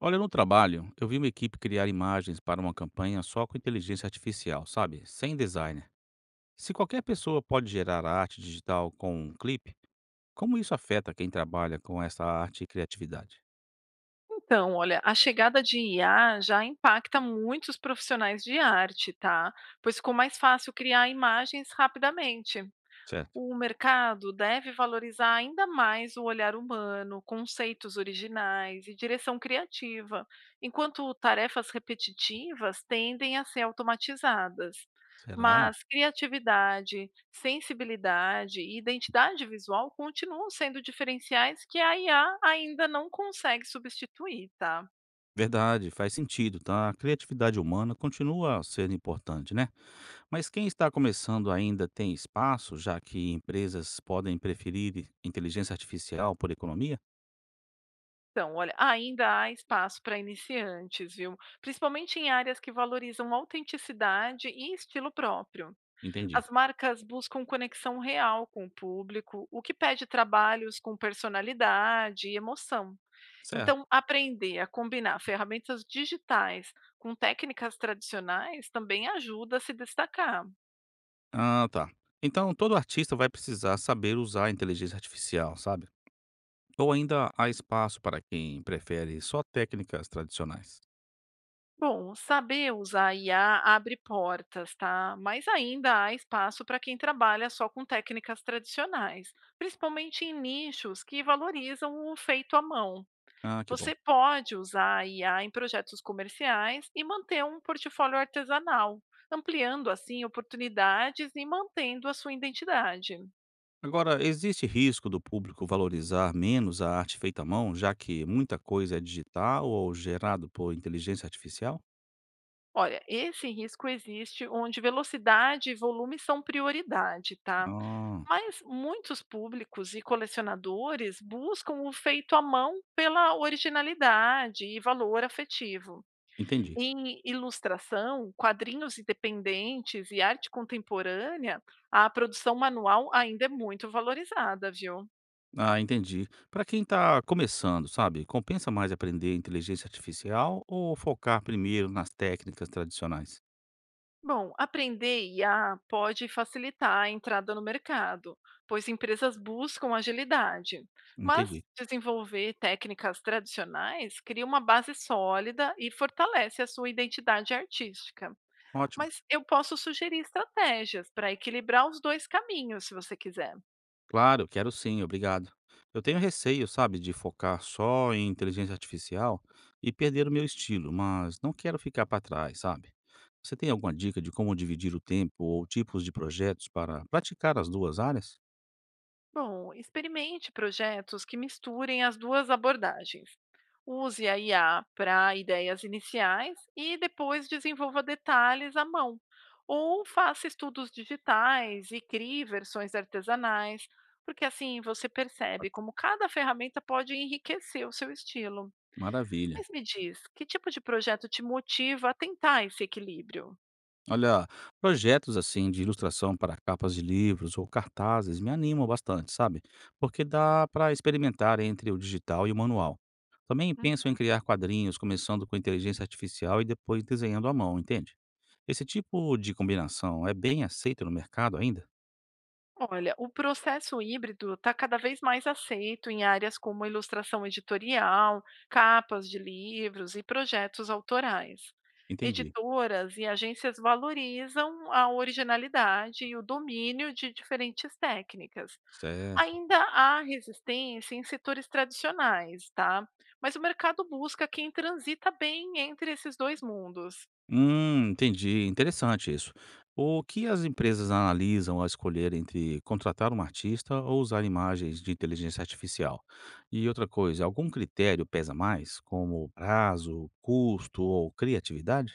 Olha, no trabalho, eu vi uma equipe criar imagens para uma campanha só com inteligência artificial, sabe? Sem designer. Se qualquer pessoa pode gerar arte digital com um clipe, como isso afeta quem trabalha com essa arte e criatividade? Então, olha, a chegada de IA já impacta muitos profissionais de arte, tá? Pois ficou mais fácil criar imagens rapidamente. Certo. O mercado deve valorizar ainda mais o olhar humano, conceitos originais e direção criativa, enquanto tarefas repetitivas tendem a ser automatizadas. Será? Mas criatividade, sensibilidade e identidade visual continuam sendo diferenciais que a IA ainda não consegue substituir, tá? Verdade, faz sentido, tá? A criatividade humana continua sendo importante, né? Mas quem está começando ainda tem espaço, já que empresas podem preferir inteligência artificial por economia? Então, olha, ainda há espaço para iniciantes, viu? Principalmente em áreas que valorizam autenticidade e estilo próprio. Entendi. As marcas buscam conexão real com o público, o que pede trabalhos com personalidade e emoção. Certo. Então, aprender a combinar ferramentas digitais com técnicas tradicionais também ajuda a se destacar. Ah, tá. Então, todo artista vai precisar saber usar a inteligência artificial, sabe? Ou ainda há espaço para quem prefere só técnicas tradicionais. Bom, saber usar IA abre portas, tá? Mas ainda há espaço para quem trabalha só com técnicas tradicionais, principalmente em nichos que valorizam o feito à mão. Ah, que bom. Você pode usar a IA em projetos comerciais e manter um portfólio artesanal, ampliando assim oportunidades e mantendo a sua identidade. Agora, existe risco do público valorizar menos a arte feita à mão, já que muita coisa é digital ou gerado por inteligência artificial? Olha, esse risco existe onde velocidade e volume são prioridade, tá? Ah, Mas muitos públicos e colecionadores buscam o feito à mão pela originalidade e valor afetivo. entendi. Em ilustração, quadrinhos independentes e arte contemporânea, a produção manual ainda é muito valorizada, viu? Ah, entendi. Para quem está começando, sabe, compensa mais aprender inteligência artificial ou focar primeiro nas técnicas tradicionais? Bom, aprender IA pode facilitar a entrada no mercado, pois empresas buscam agilidade. Mas Entendi. desenvolver técnicas tradicionais cria uma base sólida e fortalece a sua identidade artística. Ótimo. Mas eu posso sugerir estratégias para equilibrar os dois caminhos, se você quiser. Claro, quero sim, obrigado. Eu tenho receio, sabe, de focar só em inteligência artificial e perder o meu estilo, mas não quero ficar para trás, sabe? Você tem alguma dica de como dividir o tempo ou tipos de projetos para praticar as duas áreas? Bom, experimente projetos que misturem as duas abordagens. Use a IA para ideias iniciais e depois desenvolva detalhes à mão. Ou faça estudos digitais e crie versões artesanais, porque assim você percebe como cada ferramenta pode enriquecer o seu estilo. Maravilha. Mas me diz, que tipo de projeto te motiva a tentar esse equilíbrio? Olha, projetos assim de ilustração para capas de livros ou cartazes me animam bastante, sabe? Porque dá para experimentar entre o digital e o manual. Também penso em criar quadrinhos, começando com inteligência artificial e depois desenhando à mão, entende? Esse tipo de combinação é bem aceito no mercado ainda? Olha, o processo híbrido está cada vez mais aceito em áreas como ilustração editorial, capas de livros e projetos autorais. Entendi. Editoras e agências valorizam a originalidade e o domínio de diferentes técnicas. Certo. Ainda há resistência em setores tradicionais, tá? Mas o mercado busca quem transita bem entre esses dois mundos. Entendi. Interessante isso. O que as empresas analisam ao escolher entre contratar um artista ou usar imagens de inteligência artificial? E outra coisa, algum critério pesa mais, como prazo, custo ou criatividade?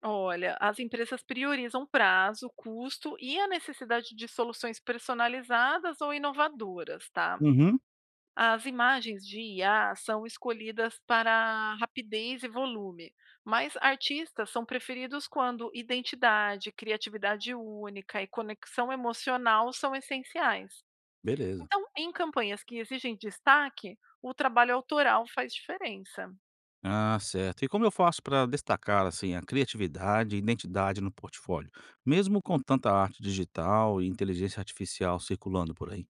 Olha, as empresas priorizam prazo, custo e a necessidade de soluções personalizadas ou inovadoras, tá? Uhum, As imagens de IA são escolhidas para rapidez e volume, mas artistas são preferidos quando identidade, criatividade única e conexão emocional são essenciais. beleza. Então, em campanhas que exigem destaque, o trabalho autoral faz diferença. Ah, certo. E como eu faço para destacar assim a criatividade e identidade no portfólio, mesmo com tanta arte digital e inteligência artificial circulando por aí?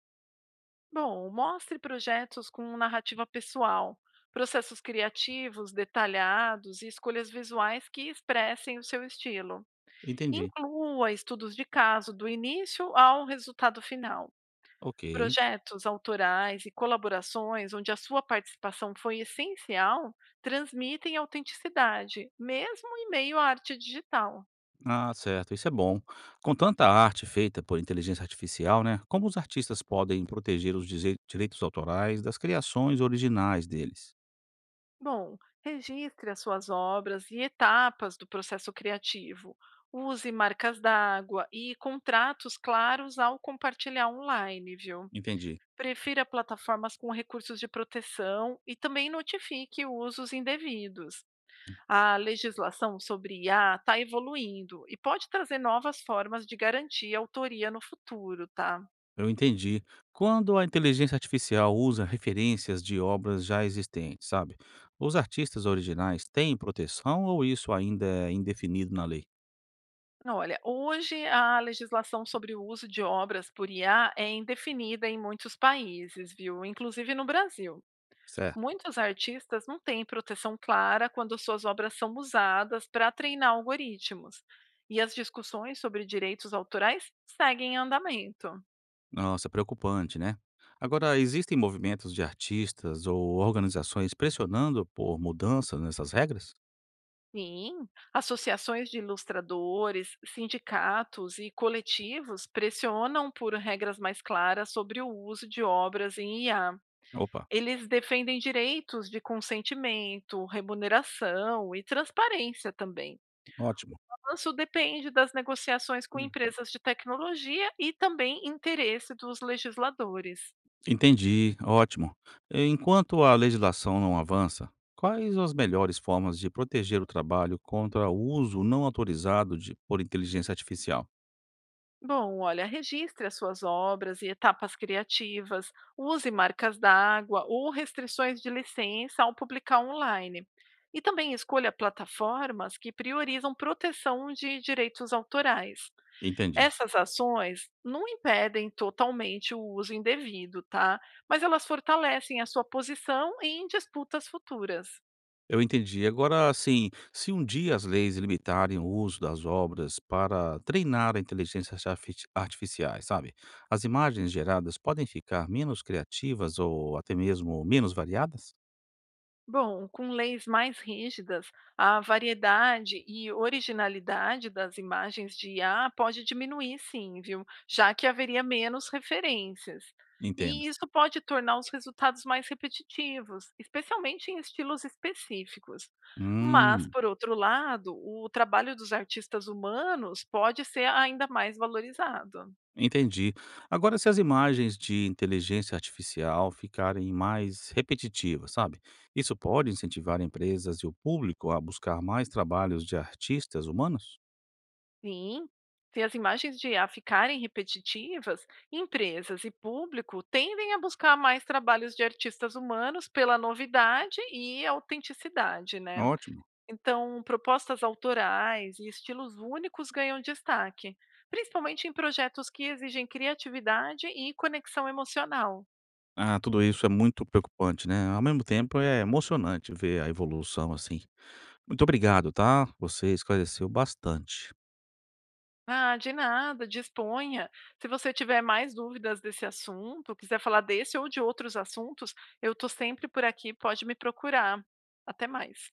Bom, mostre projetos com narrativa pessoal, processos criativos detalhados e escolhas visuais que expressem o seu estilo. Entendi. Inclua estudos de caso do início ao resultado final. Ok. Projetos autorais e colaborações onde a sua participação foi essencial transmitem autenticidade, mesmo em meio à arte digital. Ah, certo, isso é bom. Com tanta arte feita por inteligência artificial, né? Como os artistas podem proteger os direitos autorais das criações originais deles? Bom, registre as suas obras e etapas do processo criativo. Use marcas d'água e contratos claros ao compartilhar online, viu? Entendi. Prefira plataformas com recursos de proteção e também notifique usos indevidos. A legislação sobre IA está evoluindo e pode trazer novas formas de garantir a autoria no futuro, tá? Eu entendi. Quando a inteligência artificial usa referências de obras já existentes, sabe? Os artistas originais têm proteção ou isso ainda é indefinido na lei? Não, olha, hoje a legislação sobre o uso de obras por IA é indefinida em muitos países, viu? Inclusive no Brasil. Certo. Muitos artistas não têm proteção clara quando suas obras são usadas para treinar algoritmos. E as discussões sobre direitos autorais seguem em andamento. Nossa, preocupante, né? Agora, existem movimentos de artistas ou organizações pressionando por mudanças nessas regras? Sim, associações de ilustradores, sindicatos e coletivos pressionam por regras mais claras sobre o uso de obras em IA. Opa, Eles defendem direitos de consentimento, remuneração e transparência também. ótimo. O avanço depende das negociações com Hum. empresas de tecnologia e também interesse dos legisladores. Entendi, ótimo. E enquanto a legislação não avança, quais as melhores formas de proteger o trabalho contra o uso não autorizado de, por inteligência artificial? Bom, olha, registre as suas obras e etapas criativas, use marcas d'água ou restrições de licença ao publicar online. E também escolha plataformas que priorizam proteção de direitos autorais. Entendi. Essas ações não impedem totalmente o uso indevido, tá? Mas elas fortalecem a sua posição em disputas futuras. Eu entendi. Agora, assim, se um dia as leis limitarem o uso das obras para treinar a inteligência artificiais, sabe? As imagens geradas podem ficar menos criativas ou até mesmo menos variadas? Bom, com leis mais rígidas, a variedade e originalidade das imagens de IA pode diminuir, sim, viu? Já que haveria menos referências. Entendo. E isso pode tornar os resultados mais repetitivos, especialmente em estilos específicos. Mas, Hum, por outro lado, o trabalho dos artistas humanos pode ser ainda mais valorizado. Entendi. Agora, se as imagens de inteligência artificial ficarem mais repetitivas, sabe? Isso pode incentivar empresas e o público a buscar mais trabalhos de artistas humanos? Sim, se as imagens de IA ficarem repetitivas, empresas e público tendem a buscar mais trabalhos de artistas humanos pela novidade e autenticidade, né? Ótimo. Então, propostas autorais e estilos únicos ganham destaque, principalmente em projetos que exigem criatividade e conexão emocional. Ah, tudo isso é muito preocupante, né? Ao mesmo tempo, é emocionante ver a evolução assim. Muito obrigado, tá? Você esclareceu bastante. Ah, de nada, disponha. Se você tiver mais dúvidas desse assunto, quiser falar desse ou de outros assuntos, eu estou sempre por aqui, pode me procurar. Até mais.